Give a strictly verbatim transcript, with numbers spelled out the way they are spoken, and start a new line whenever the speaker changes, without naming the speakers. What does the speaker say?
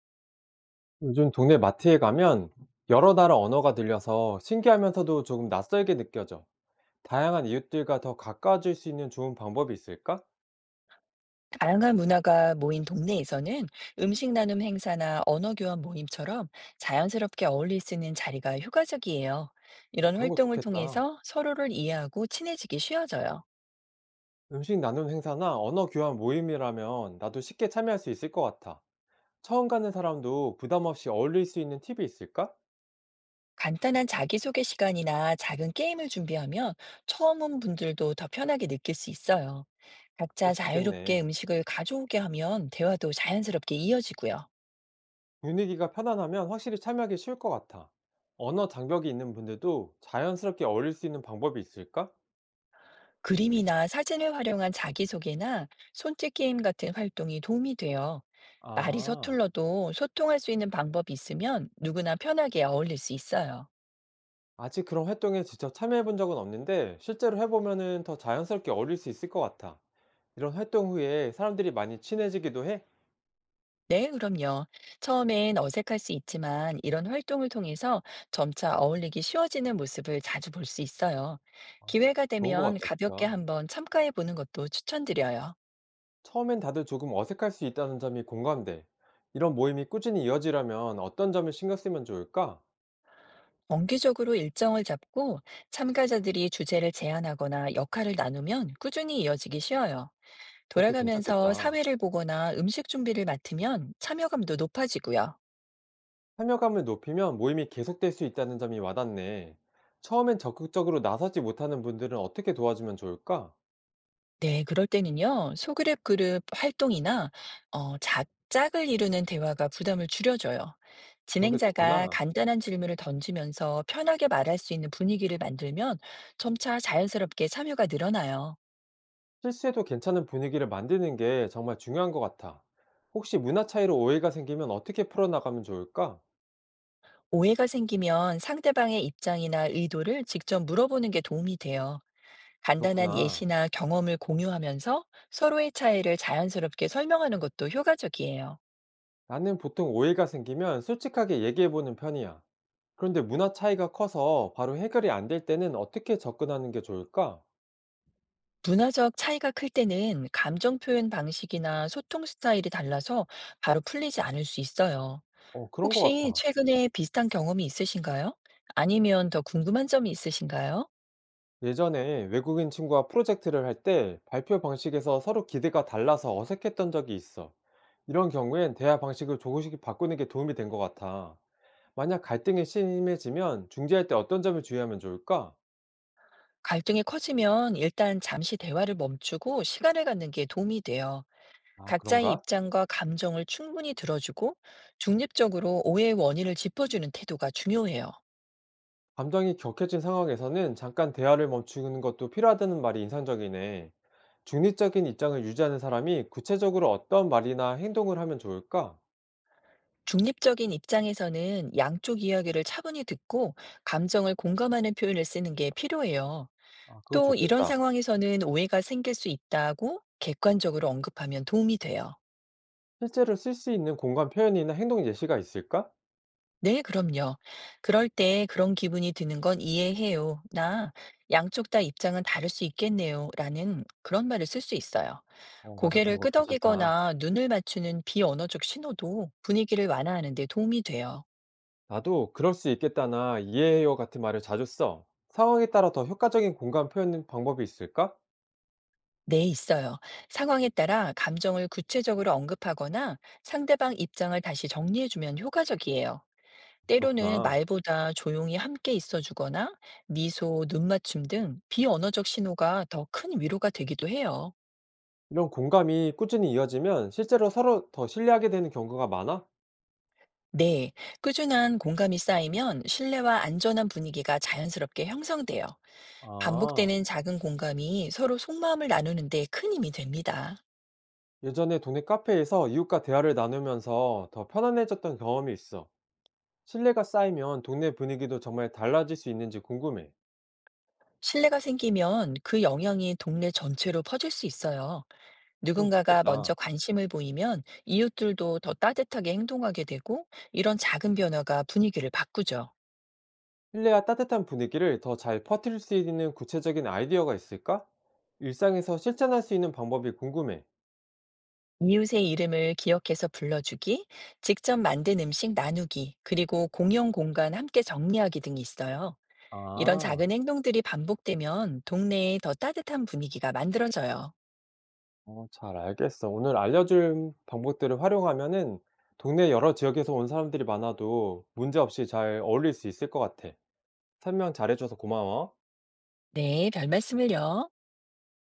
요즘 동네 마트에 가면 여러 나라 언어가 들려서 신기하면서도 조금 낯설게 느껴져. 다양한 이웃들과 더 가까워질 수 있는 좋은 방법이 있을까?
다양한 문화가 모인 동네에서는 음식 나눔 행사나 언어 교환 모임처럼 자연스럽게 어울릴 수 있는 자리가 효과적이에요.
어,
이런
그런 거
활동을
좋겠다.
통해서 서로를 이해하고 친해지기 쉬워져요.
음식 나눔 행사나 언어 교환 모임이라면 나도 쉽게 참여할 수 있을 것 같아. 처음 가는 사람도 부담 없이 어울릴 수 있는 팁이 있을까?
간단한 자기소개 시간이나 작은 게임을 준비하면 처음 온 분들도 더 편하게 느낄 수 있어요.
그럴
각자
수
자유롭게
있겠네.
음식을 가져오게 하면 대화도 자연스럽게 이어지고요.
분위기가 편안하면 확실히 참여하기 쉬울 것 같아. 언어 장벽이 있는 분들도 자연스럽게 어울릴 수 있는 방법이 있을까?
그림이나 사진을 활용한 자기소개나 손짓 게임 같은 활동이 도움이 돼요. 말이
아.
서툴러도 소통할 수 있는 방법이 있으면 누구나 편하게 어울릴 수 있어요.
아직 그런 활동에 직접 참여해 본 적은 없는데 실제로 해보면은 더 자연스럽게 어울릴 수 있을 것 같아. 이런 활동 후에 사람들이 많이 친해지기도 해?
네, 그럼요. 처음엔 어색할 수 있지만 이런 활동을 통해서 점차 어울리기 쉬워지는 모습을 자주 볼 수 있어요.
아, 저-
기회가
좋은 것
되면
같다,
가볍게
진짜.
한번 참가해 보는 것도 추천드려요.
처음엔 다들 조금 어색할 수 있다는 점이 공감돼. 이런 모임이 꾸준히 이어지려면 어떤 점을 신경 쓰면 좋을까?
정기적으로 일정을 잡고 참가자들이 주제를 제안하거나 역할을 나누면 꾸준히 이어지기 쉬워요.
그것도
돌아가면서
괜찮겠다.
사회를 보거나 음식 준비를 맡으면 참여감도 높아지고요.
참여감을 높이면 모임이 계속될 수 있다는 점이 와닿네. 처음엔 적극적으로 나서지 못하는 분들은 어떻게 도와주면 좋을까?
네, 그럴 때는요, 소그룹 그룹 활동이나, 어, 작, 짝을 이루는 대화가 부담을 줄여줘요.
그런 게
진행자가
좋구나.
간단한 질문을 던지면서 편하게 말할 수 있는 분위기를 만들면 점차 자연스럽게 참여가 늘어나요.
실수해도 괜찮은 분위기를 만드는 게 정말 중요한 것 같아. 혹시 문화 차이로 오해가 생기면 어떻게 풀어나가면 좋을까?
오해가 생기면 상대방의 입장이나 의도를 직접 물어보는 게 도움이 돼요. 간단한
그렇구나.
예시나 경험을 공유하면서 서로의 차이를 자연스럽게 설명하는 것도 효과적이에요.
나는 보통 오해가 생기면 솔직하게 얘기해보는 편이야. 그런데 문화 차이가 커서 바로 해결이 안 될 때는 어떻게 접근하는 게 좋을까?
문화적 차이가 클 때는 감정 표현 방식이나 소통 스타일이 달라서 바로 풀리지 않을 수 있어요.
어, 그런 것
혹시
같아.
최근에 비슷한 경험이 있으신가요? 아니면 더 궁금한 점이 있으신가요?
예전에 외국인 친구와 프로젝트를 할 때 발표 방식에서 서로 기대가 달라서 어색했던 적이 있어. 이런 경우엔 대화 방식을 조금씩 바꾸는 게 도움이 된 것 같아. 만약 갈등이 심해지면 중재할 때 어떤 점을 주의하면 좋을까?
갈등이 커지면 일단 잠시 대화를 멈추고 시간을 갖는 게 도움이 돼요.
아,
각자의
그런가?
입장과 감정을 충분히 들어주고 중립적으로 오해의 원인을 짚어주는 태도가 중요해요.
감정이 격해진 상황에서는 잠깐 대화를 멈추는 것도 필요하다는 말이 인상적이네. 중립적인 입장을 유지하는 사람이 구체적으로 어떤 말이나 행동을 하면 좋을까?
중립적인 입장에서는 양쪽 이야기를 차분히 듣고 감정을 공감하는 표현을 쓰는 게 필요해요.
아, 그거
또 이런
좋겠다.
상황에서는 오해가 생길 수 있다고 객관적으로 언급하면 도움이 돼요.
실제로 쓸 수 있는 공감 표현이나 행동 예시가 있을까?
네, 그럼요. "그럴 때 그런 기분이 드는 건 이해해요. 나 양쪽 다 입장은 다를 수 있겠네요. 라는 그런 말을 쓸 수 있어요.
어, 맞아. 그런
고개를
거 괜찮다.
끄덕이거나 눈을 맞추는 비언어적 신호도 분위기를 완화하는 데 도움이 돼요.
나도 그럴 수 있겠다나 이해해요 같은 말을 자주 써. 상황에 따라 더 효과적인 공감 표현 방법이 있을까?
네, 있어요. 상황에 따라 감정을 구체적으로 언급하거나 상대방 입장을 다시 정리해주면 효과적이에요. 때로는
그렇구나.
말보다 조용히 함께 있어주거나 미소, 눈맞춤 등 비언어적 신호가 더 큰 위로가 되기도 해요.
이런 공감이 꾸준히 이어지면 실제로 서로 더 신뢰하게 되는 경우가 많아?
네, 꾸준한 공감이 쌓이면 신뢰와 안전한 분위기가 자연스럽게 형성돼요.
아,
반복되는 작은 공감이 서로 속마음을 나누는데 큰 힘이 됩니다.
예전에 동네 카페에서 이웃과 대화를 나누면서 더 편안해졌던 경험이 있어. 신뢰가 쌓이면 동네 분위기도 정말 달라질 수 있는지 궁금해.
신뢰가 생기면 그 영향이 동네 전체로 퍼질 수 있어요.
그럼
누군가가
좋겠다.
먼저 관심을 보이면 이웃들도 더 따뜻하게 행동하게 되고 이런 작은 변화가 분위기를 바꾸죠.
신뢰와 따뜻한 분위기를 더 잘 퍼뜨릴 수 있는 구체적인 아이디어가 있을까? 일상에서 실천할 수 있는 방법이 궁금해.
이웃의 이름을 기억해서 불러주기, 직접 만든 음식 나누기, 그리고 공용 공간 함께 정리하기 등이 있어요. 이런 작은
아.
행동들이 반복되면 동네에 더 따뜻한 분위기가 만들어져요.
어, 잘 알겠어. 오늘 알려준 방법들을 활용하면은 동네 여러 지역에서 온 사람들이 많아도 문제없이 잘 어울릴 수 있을 것 같아. 설명 잘해줘서 고마워.
네, 별 말씀을요.